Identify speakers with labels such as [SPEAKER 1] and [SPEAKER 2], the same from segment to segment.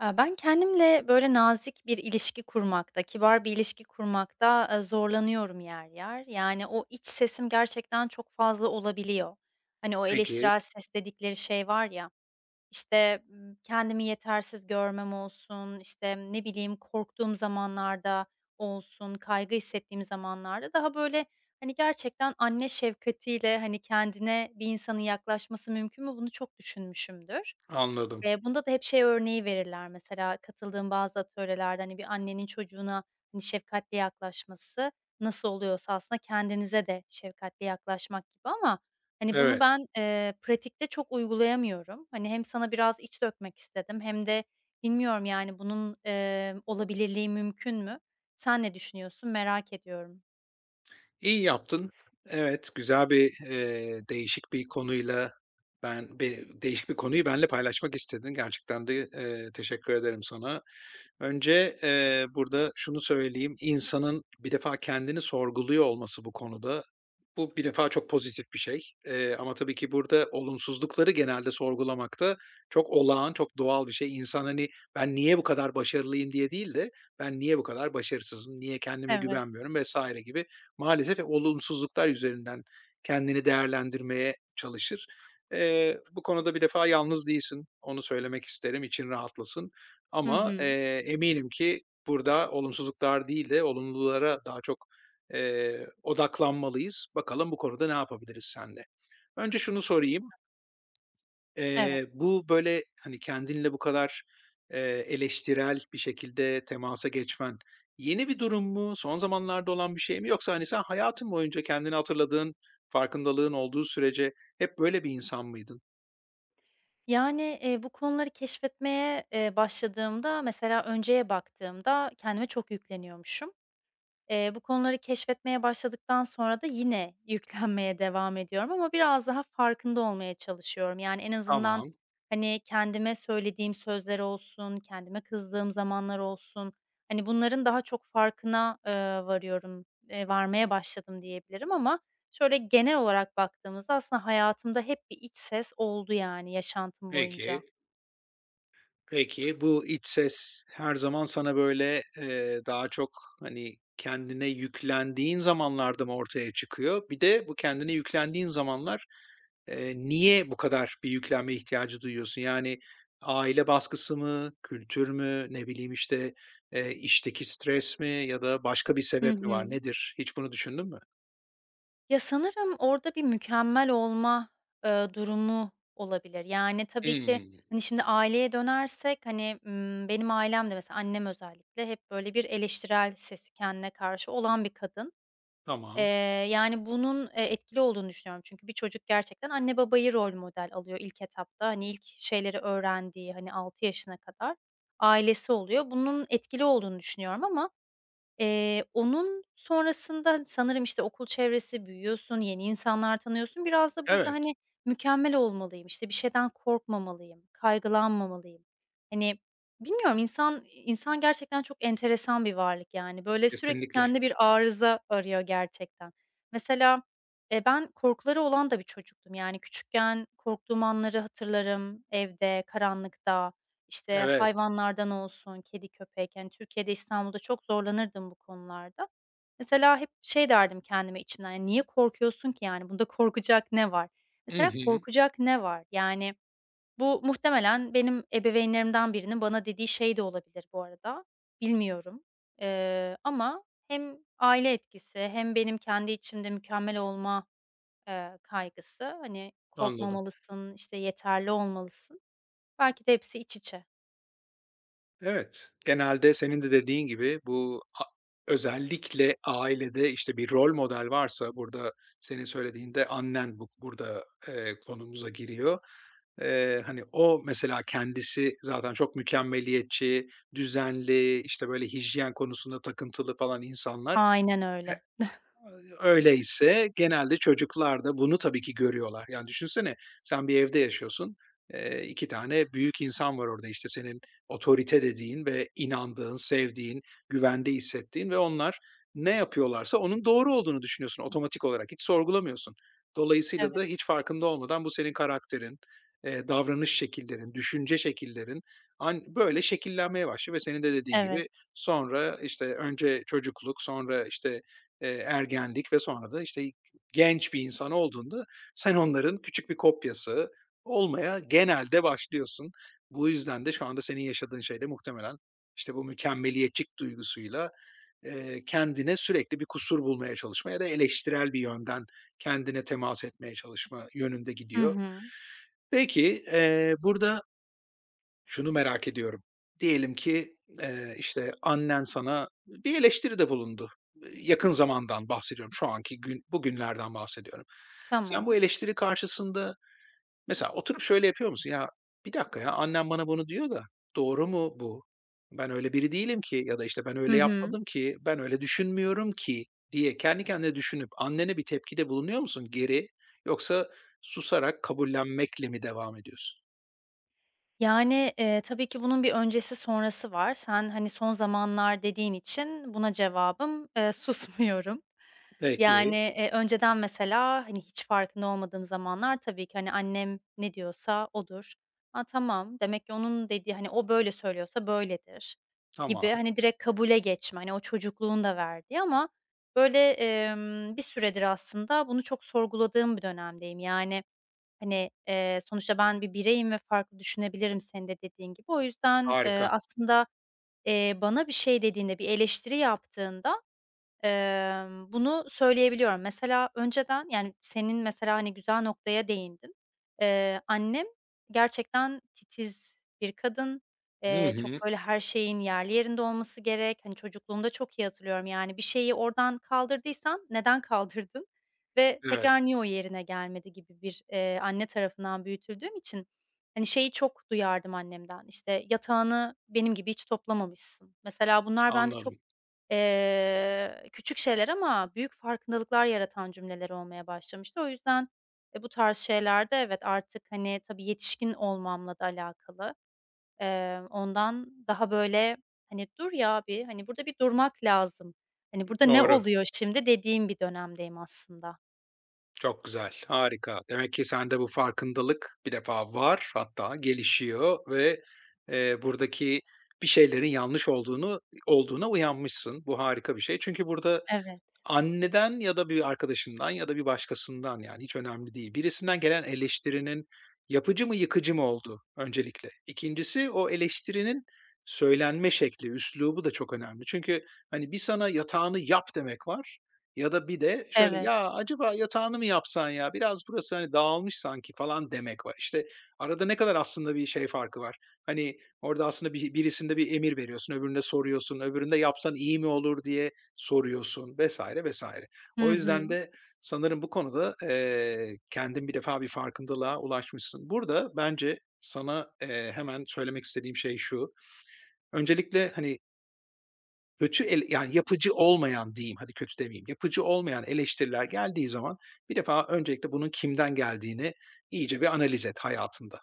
[SPEAKER 1] Ben kendimle, böyle, nazik bir ilişki kurmakta, kibar bir ilişki kurmakta, zorlanıyorum yer yer. Yani, o iç sesim gerçekten çok fazla olabiliyor. Hani, o
[SPEAKER 2] Peki,
[SPEAKER 1] eleştirel ses dedikleri şey var ya, işte, kendimi yetersiz görmem olsun, işte, ne bileyim, korktuğum zamanlarda olsun, kaygı hissettiğim zamanlarda daha, böyle, hani, gerçekten anne şefkatiyle, hani, kendine bir insanın yaklaşması mümkün mü, bunu çok düşünmüşümdür.
[SPEAKER 2] anladım.
[SPEAKER 1] Bunda da hep şey örneği verirler mesela katıldığım bazı atölyelerde, hani, bir annenin çocuğuna, hani, şefkatli yaklaşması nasıl oluyorsa aslında kendinize de şefkatli yaklaşmak gibi ama, hani, bunu
[SPEAKER 2] Evet,
[SPEAKER 1] ben, pratikte çok uygulayamıyorum. Hani, hem sana biraz iç dökmek istedim hem de bilmiyorum, yani, bunun, olabilirliği mümkün mü? Sen ne düşünüyorsun? Merak ediyorum.
[SPEAKER 2] iyi yaptın. Evet, güzel bir, değişik bir konuyla ben değişik bir konuyu benimle paylaşmak istedin. Gerçekten de, teşekkür ederim sana. Önce, burada şunu söyleyeyim, insanın bir defa kendini sorguluyor olması bu konuda, bu bir defa çok pozitif bir şey. Ama tabii ki burada olumsuzlukları genelde sorgulamakta çok olağan, çok doğal bir şey. İnsan, hani, "Ben niye bu kadar başarılıyım?" diye değil de "Ben niye bu kadar başarısızım? Niye kendime
[SPEAKER 1] Evet.
[SPEAKER 2] güvenmiyorum?" vesaire gibi maalesef hep olumsuzluklar üzerinden kendini değerlendirmeye çalışır. Bu konuda bir defa yalnız değilsin, onu söylemek isterim, için rahatlasın.
[SPEAKER 1] Hı
[SPEAKER 2] Ama,
[SPEAKER 1] hı.
[SPEAKER 2] eminim ki burada olumsuzluklar değil de olumlulara daha çok, odaklanmalıyız. Bakalım bu konuda ne yapabiliriz seninle? Önce şunu sorayım,
[SPEAKER 1] Güzel. Evet.
[SPEAKER 2] bu, böyle, hani, kendinle bu kadar, eee, eleştirel bir şekilde temasa geçmen yeni bir durum mu? Son zamanlarda olan bir şey mi? Yoksa, hani, sen hayatın boyunca kendini hatırladığın, farkındalığın olduğu sürece hep böyle bir insan mıydın?
[SPEAKER 1] Yani, bu konuları keşfetmeye, başladığımda, mesela önceye baktığımda kendime çok yükleniyormuşum. Bu konuları keşfetmeye başladıktan sonra da yine yüklenmeye devam ediyorum ama biraz daha farkında olmaya çalışıyorum. Yani, en azından,
[SPEAKER 2] Tamam,
[SPEAKER 1] hani, kendime söylediğim sözler olsun, kendime kızdığım zamanlar olsun, hani, bunların daha çok farkına, varıyorum, varmaya başladım diyebilirim ama şöyle genel olarak baktığımızda aslında hayatımda hep bir iç ses oldu, yani, yaşantım boyunca.
[SPEAKER 2] peki. Peki, bu iç ses her zaman sana böyle, daha çok, hani, kendine yüklendiğin zamanlarda mı ortaya çıkıyor? Bir de bu kendine yüklendiğin zamanlar, niye bu kadar bir yüklenme ihtiyacı duyuyorsun? Yani aile baskısı mı, kültür mü, ne bileyim, işte, işteki stres mi ya da başka bir
[SPEAKER 1] Hı
[SPEAKER 2] sebep mi var,
[SPEAKER 1] hı.
[SPEAKER 2] nedir? Hiç bunu düşündün mü?
[SPEAKER 1] Ya, sanırım orada bir mükemmel olma, durumu olabilir. Yani, tabii ki,
[SPEAKER 2] Hımm,
[SPEAKER 1] hani, şimdi aileye dönersek, hani, benim ailem de mesela annem özellikle hep böyle bir eleştirel sesi kendine karşı olan bir kadın. Eee,
[SPEAKER 2] tamam.
[SPEAKER 1] yani, bunun, etkili olduğunu düşünüyorum. Çünkü bir çocuk gerçekten anne babayı rol model alıyor ilk etapta. Hani, ilk şeyleri öğrendiği, hani, 6 yaşına kadar ailesi oluyor. Bunun etkili olduğunu düşünüyorum ama onun sonrasında, hani, sanırım, işte, okul çevresi, büyüyorsun, yeni insanlar tanıyorsun. Biraz da burada,
[SPEAKER 2] Evet,
[SPEAKER 1] hani, mükemmel olmalıyım, işte, bir şeyden korkmamalıyım, kaygılanmamalıyım. Hani, bilmiyorum, insan insan gerçekten çok enteresan bir varlık, yani. Böyle, sürekli
[SPEAKER 2] kesinlikle.
[SPEAKER 1] kendine bir arıza arıyor gerçekten. Mesela, ben korkuları olan da bir çocuktum. Yani, küçükken korktuğum anları hatırlarım evde, karanlıkta. İşte,
[SPEAKER 2] Evet.
[SPEAKER 1] hayvanlardan olsun, kedi, köpek, hani, Türkiye'de, İstanbul'da çok zorlanırdım bu konularda. Mesela hep şey derdim kendime içimden, "Ya, niye korkuyorsun ki, yani, bunda korkacak ne var?"
[SPEAKER 2] Hı
[SPEAKER 1] Mesela
[SPEAKER 2] hı,
[SPEAKER 1] korkacak ne var? Yani, bu muhtemelen benim ebeveynlerimden birinin bana dediği şey de olabilir bu arada, bilmiyorum. Ama hem aile etkisi hem benim kendi içimde mükemmel olma, kaygısı, hani,
[SPEAKER 2] anladım.
[SPEAKER 1] "Korkmamalısın, işte, yeterli olmalısın." Belki de hepsi iç içe.
[SPEAKER 2] Evet, genelde senin de dediğin gibi bu özellikle ailede, işte, bir rol model varsa burada senin söylediğinde annen burada, konumuza giriyor. Hani, o mesela kendisi zaten çok mükemmeliyetçi, düzenli, işte, böyle, hijyen konusunda takıntılı falan insanlar,
[SPEAKER 1] Aynen
[SPEAKER 2] e
[SPEAKER 1] öyle.
[SPEAKER 2] Öyleyse genelde çocuklar da bunu tabii ki görüyorlar. Yani düşünsene sen bir evde yaşıyorsun. 2 tane büyük insan var orada, işte, senin otorite dediğin ve inandığın, sevdiğin, güvende hissettiğin ve onlar ne yapıyorlarsa onun doğru olduğunu düşünüyorsun otomatik olarak, hiç sorgulamıyorsun. Dolayısıyla da
[SPEAKER 1] Evet,
[SPEAKER 2] hiç farkında olmadan bu senin karakterin, davranış şekillerin, düşünce şekillerin böyle şekillenmeye başlıyor ve senin de dediğin
[SPEAKER 1] evet.
[SPEAKER 2] gibi sonra, işte, önce çocukluk, sonra, işte, ergenlik ve sonra da, işte, genç bir insan olduğunda sen onların küçük bir kopyası olmaya genelde başlıyorsun. Bu yüzden de şu anda senin yaşadığın şey de muhtemelen, işte, bu mükemmeliyetçilik duygusuyla, kendine sürekli bir kusur bulmaya çalışma ya da eleştirel bir yönden kendine temas etmeye çalışma yönünde
[SPEAKER 1] Hı
[SPEAKER 2] gidiyor.
[SPEAKER 1] hı.
[SPEAKER 2] Peki, burada şunu merak ediyorum. Diyelim ki, işte, annen sana bir eleştiride bulundu. Yakın zamandan bahsediyorum, şu anki gün bugünlerden bahsediyorum. Sen bu
[SPEAKER 1] Tamam.
[SPEAKER 2] eleştiri karşısında mesela oturup şöyle yapıyor musun? "Ya, bir dakika ya, annem bana bunu diyor da doğru mu bu? Ben öyle biri değilim ki." ya da, işte, "Ben
[SPEAKER 1] Hı
[SPEAKER 2] öyle
[SPEAKER 1] hı.
[SPEAKER 2] yapmadım ki, ben öyle düşünmüyorum ki." diye kendi kendine düşünüp annene bir tepkide bulunuyor musun geri? Yoksa susarak kabullenmekle mi devam ediyorsun?
[SPEAKER 1] Yani, tabii ki bunun bir öncesi sonrası var. Sen, hani, "Son zamanlar" dediğin için buna cevabım, susmuyorum. Yani,
[SPEAKER 2] Peki,
[SPEAKER 1] önceden mesela, hani, hiç farkında olmadığım zamanlar tabii ki, hani, annem ne diyorsa odur. "A, tamam, demek ki onun dediği, hani, o böyle söylüyorsa böyledir." gibi,
[SPEAKER 2] tamam,
[SPEAKER 1] hani, direkt kabule geçme, hani, o çocukluğun da verdiği ama böyle, bir süredir aslında bunu çok sorguladığım bir dönemdeyim. Yani. Hani, sonuçta ben bir bireyim ve farklı düşünebilirim senin de dediğin gibi. O yüzden,
[SPEAKER 2] harika.
[SPEAKER 1] aslında, bana bir şey dediğinde, bir eleştiri yaptığında, bunu söyleyebiliyorum. Mesela önceden, yani, senin mesela, hani, güzel noktaya değindin. Annem gerçekten titiz bir kadın.
[SPEAKER 2] Hı
[SPEAKER 1] Çok,
[SPEAKER 2] hı.
[SPEAKER 1] böyle, her şeyin yerli yerinde olması gerek. Hani, çocukluğumda çok iyi hatırlıyorum, yani, bir şeyi oradan kaldırdıysan neden kaldırdın ve
[SPEAKER 2] Evet,
[SPEAKER 1] tekrar niye o yerine gelmedi gibi bir, anne tarafından büyütüldüğüm için, hani, şeyi çok duyardım annemden, İşte "Yatağını benim gibi hiç toplamamışsın." Mesela bunlar bende çok
[SPEAKER 2] anladım.
[SPEAKER 1] Küçük şeyler ama büyük farkındalıklar yaratan cümleler olmaya başlamıştı. O yüzden, bu tarz şeylerde evet, artık, hani, tabii yetişkin olmamla da alakalı. Ondan daha böyle, hani, "Dur ya bir, hani, burada bir durmak lazım. Hani, burada ne
[SPEAKER 2] Doğru.
[SPEAKER 1] oluyor şimdi?" dediğim bir dönemdeyim aslında.
[SPEAKER 2] Çok güzel, harika. Demek ki sende bu farkındalık bir defa var, hatta gelişiyor ve, buradaki bir şeylerin yanlış olduğunu olduğuna uyanmışsın. Bu harika bir şey. Çünkü burada
[SPEAKER 1] Evet,
[SPEAKER 2] Anneden ya da bir arkadaşından ya da bir başkasından, yani, hiç önemli değil. Birisinden gelen eleştirinin yapıcı mı, yıkıcı mı olduğu öncelikle. 2'ncisi o eleştirinin söylenme şekli, üslubu da çok önemli. Çünkü, hani, bir sana yatağını yap demek var ya da bir de şöyle,
[SPEAKER 1] evet.
[SPEAKER 2] "Ya, acaba yatağını mı yapsan ya? Biraz burası, hani, dağılmış sanki." falan demek var. İşte, arada ne kadar aslında bir şey farkı var. Hani, orada aslında birisinde bir emir veriyorsun, öbüründe soruyorsun, öbüründe yapsan iyi mi olur diye soruyorsun vesaire vesaire.
[SPEAKER 1] Hı
[SPEAKER 2] O
[SPEAKER 1] hı.
[SPEAKER 2] yüzden de sanırım bu konuda, kendin bir defa bir farkındalığa ulaşmışsın. Burada bence sana, hemen söylemek istediğim şey şu: Öncelikle, hani, kötü el yani yapıcı olmayan diyeyim, hadi kötü demeyeyim, yapıcı olmayan eleştiriler geldiği zaman bir defa öncelikle bunun kimden geldiğini iyice bir analiz et hayatında.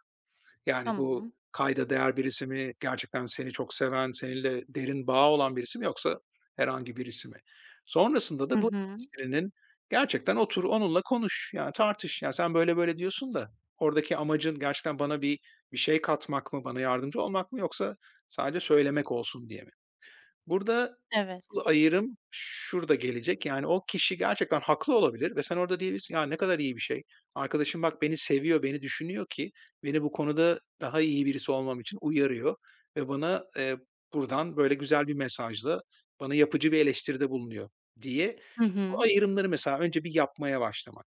[SPEAKER 2] Yani,
[SPEAKER 1] Tamam.
[SPEAKER 2] bu kayda değer birisi mi, gerçekten seni çok seven, seninle derin bağ olan birisi mi yoksa herhangi birisi mi? Sonrasında
[SPEAKER 1] Hı
[SPEAKER 2] da bu
[SPEAKER 1] hı.
[SPEAKER 2] eleştirinin gerçekten otur onunla konuş, yani, tartış. Yani sen böyle böyle diyorsun da oradaki amacın gerçekten bana bir bir şey katmak mı, bana yardımcı olmak mı yoksa sadece söylemek olsun diye mi? Burada
[SPEAKER 1] Evet.
[SPEAKER 2] asıl ayrım şurada gelecek. Yani o kişi gerçekten haklı olabilir ve sen orada diyebilirsin, "Ya, ne kadar iyi bir şey. Arkadaşım bak beni seviyor, beni düşünüyor ki beni bu konuda daha iyi birisi olmam için uyarıyor ve bana, buradan böyle güzel bir mesajla bana yapıcı bir eleştiride bulunuyor." diye
[SPEAKER 1] Hı
[SPEAKER 2] bu
[SPEAKER 1] hı.
[SPEAKER 2] ayrımları mesela önce bir yapmaya başlamak.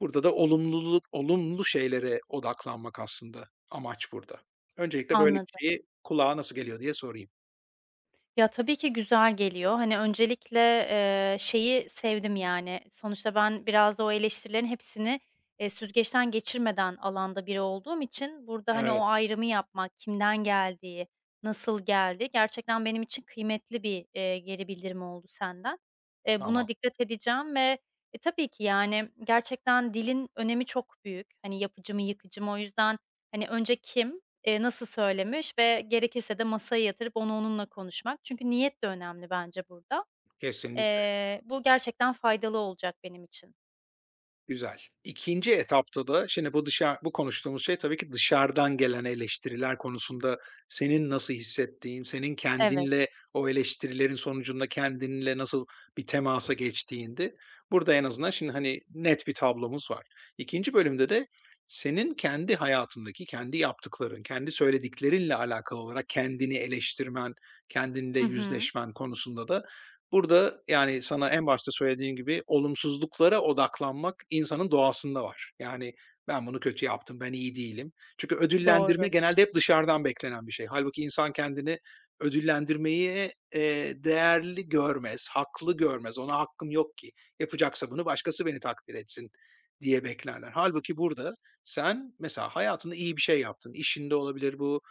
[SPEAKER 2] Burada da olumlu şeylere odaklanmak aslında amaç burada. Öncelikle böyle bir
[SPEAKER 1] Anladım.
[SPEAKER 2] şeyi kulağa nasıl geliyor diye sorayım.
[SPEAKER 1] Ya, tabii ki güzel geliyor. Hani, öncelikle, şeyi sevdim, yani, sonuçta ben biraz da o eleştirilerin hepsini, süzgeçten geçirmeden alanda biri olduğum için burada, hani, o
[SPEAKER 2] Evet,
[SPEAKER 1] ayrımı yapmak, kimden geldiği, nasıl geldi, gerçekten benim için kıymetli bir, geri bildirim oldu senden. Eee,
[SPEAKER 2] tamam.
[SPEAKER 1] buna dikkat edeceğim ve, tabii ki, yani, gerçekten dilin önemi çok büyük. Hani, yapıcı mı, yıkıcı mı? O yüzden, hani, önce kim, nasıl söylemiş ve gerekirse de masaya yatırıp onu onunla konuşmak. Çünkü niyet de önemli bence burada.
[SPEAKER 2] Kesinlikle,
[SPEAKER 1] Bu gerçekten faydalı olacak benim için.
[SPEAKER 2] güzel. İkinci etapta da şimdi bu konuştuğumuz şey tabii ki dışarıdan gelen eleştiriler konusunda senin nasıl hissettiğin, senin
[SPEAKER 1] Evet.
[SPEAKER 2] kendinle o eleştirilerin sonucunda kendinle nasıl bir temasa geçtiğindi. Burada en azından şimdi, hani, net bir tablomuz var. İkinci bölümde de senin kendi hayatındaki, kendi yaptıkların, kendi söylediklerinle alakalı olarak kendini eleştirmen, kendinle
[SPEAKER 1] Hı hı.
[SPEAKER 2] yüzleşmen konusunda da Burada, yani, sana en başta söylediğim gibi olumsuzluklara odaklanmak insanın doğasında var. Yani, ben bunu kötü yaptım, ben iyi değilim. Çünkü ödüllendirme
[SPEAKER 1] Doğru.
[SPEAKER 2] genelde hep dışarıdan beklenen bir şey. Halbuki insan kendini ödüllendirmeyi, değerli görmez, haklı görmez. Ona hakkım yok ki. Yapacaksa bunu başkası beni takdir etsin diye beklerler. Halbuki burada sen mesela hayatında iyi bir şey yaptın. İşinde olabilir bu,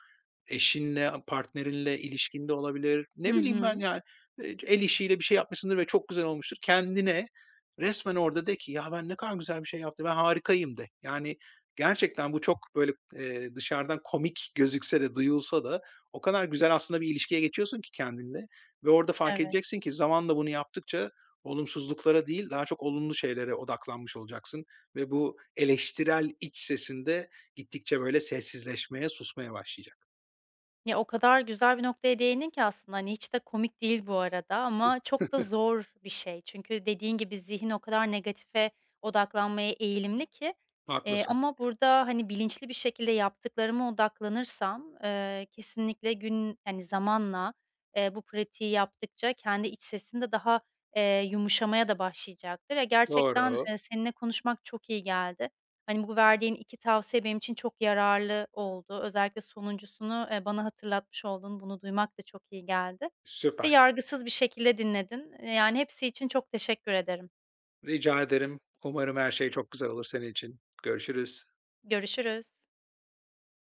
[SPEAKER 2] Eşinle, partnerinle ilişkinde olabilir. Ne
[SPEAKER 1] Hı
[SPEAKER 2] bileyim ben
[SPEAKER 1] hı.
[SPEAKER 2] yani, el işiyle bir şey yapmışsındır ve çok güzel olmuştur. Kendine resmen orada de ki, "Ya, ben ne kadar güzel bir şey yaptım, ben harikayım." de. Yani gerçekten bu çok böyle, dışarıdan komik gözükse de, duyulsa da o kadar güzel aslında bir ilişkiye geçiyorsun ki kendinle ve orada fark
[SPEAKER 1] Evet.
[SPEAKER 2] edeceksin ki zamanla bunu yaptıkça olumsuzluklara değil, daha çok olumlu şeylere odaklanmış olacaksın ve bu eleştirel iç sesinde gittikçe böyle sessizleşmeye, susmaya başlayacak.
[SPEAKER 1] Ya, o kadar güzel bir noktaya değindin ki aslında, hani, hiç de komik değil bu arada ama çok da zor bir şey. Çünkü dediğin gibi zihin o kadar negatife odaklanmaya eğilimli ki,
[SPEAKER 2] Haklısın.
[SPEAKER 1] ama burada, hani, bilinçli bir şekilde yaptıklarıma odaklanırsam, kesinlikle hani, zamanla, bu pratiği yaptıkça kendi iç sesim de daha, yumuşamaya da başlayacaktır. Ya, gerçekten,
[SPEAKER 2] Doğru.
[SPEAKER 1] seninle konuşmak çok iyi geldi. Hani, bu verdiğin 2 tavsiye benim için çok yararlı oldu. Özellikle sonuncusunu, bana hatırlatmış oldun. Bunu duymak da çok iyi geldi ve
[SPEAKER 2] Süper.
[SPEAKER 1] yargısız bir şekilde dinledin. Yani, hepsi için çok teşekkür ederim.
[SPEAKER 2] Rica ederim. Umarım her şey çok güzel olur senin için. Görüşürüz.
[SPEAKER 1] Görüşürüz.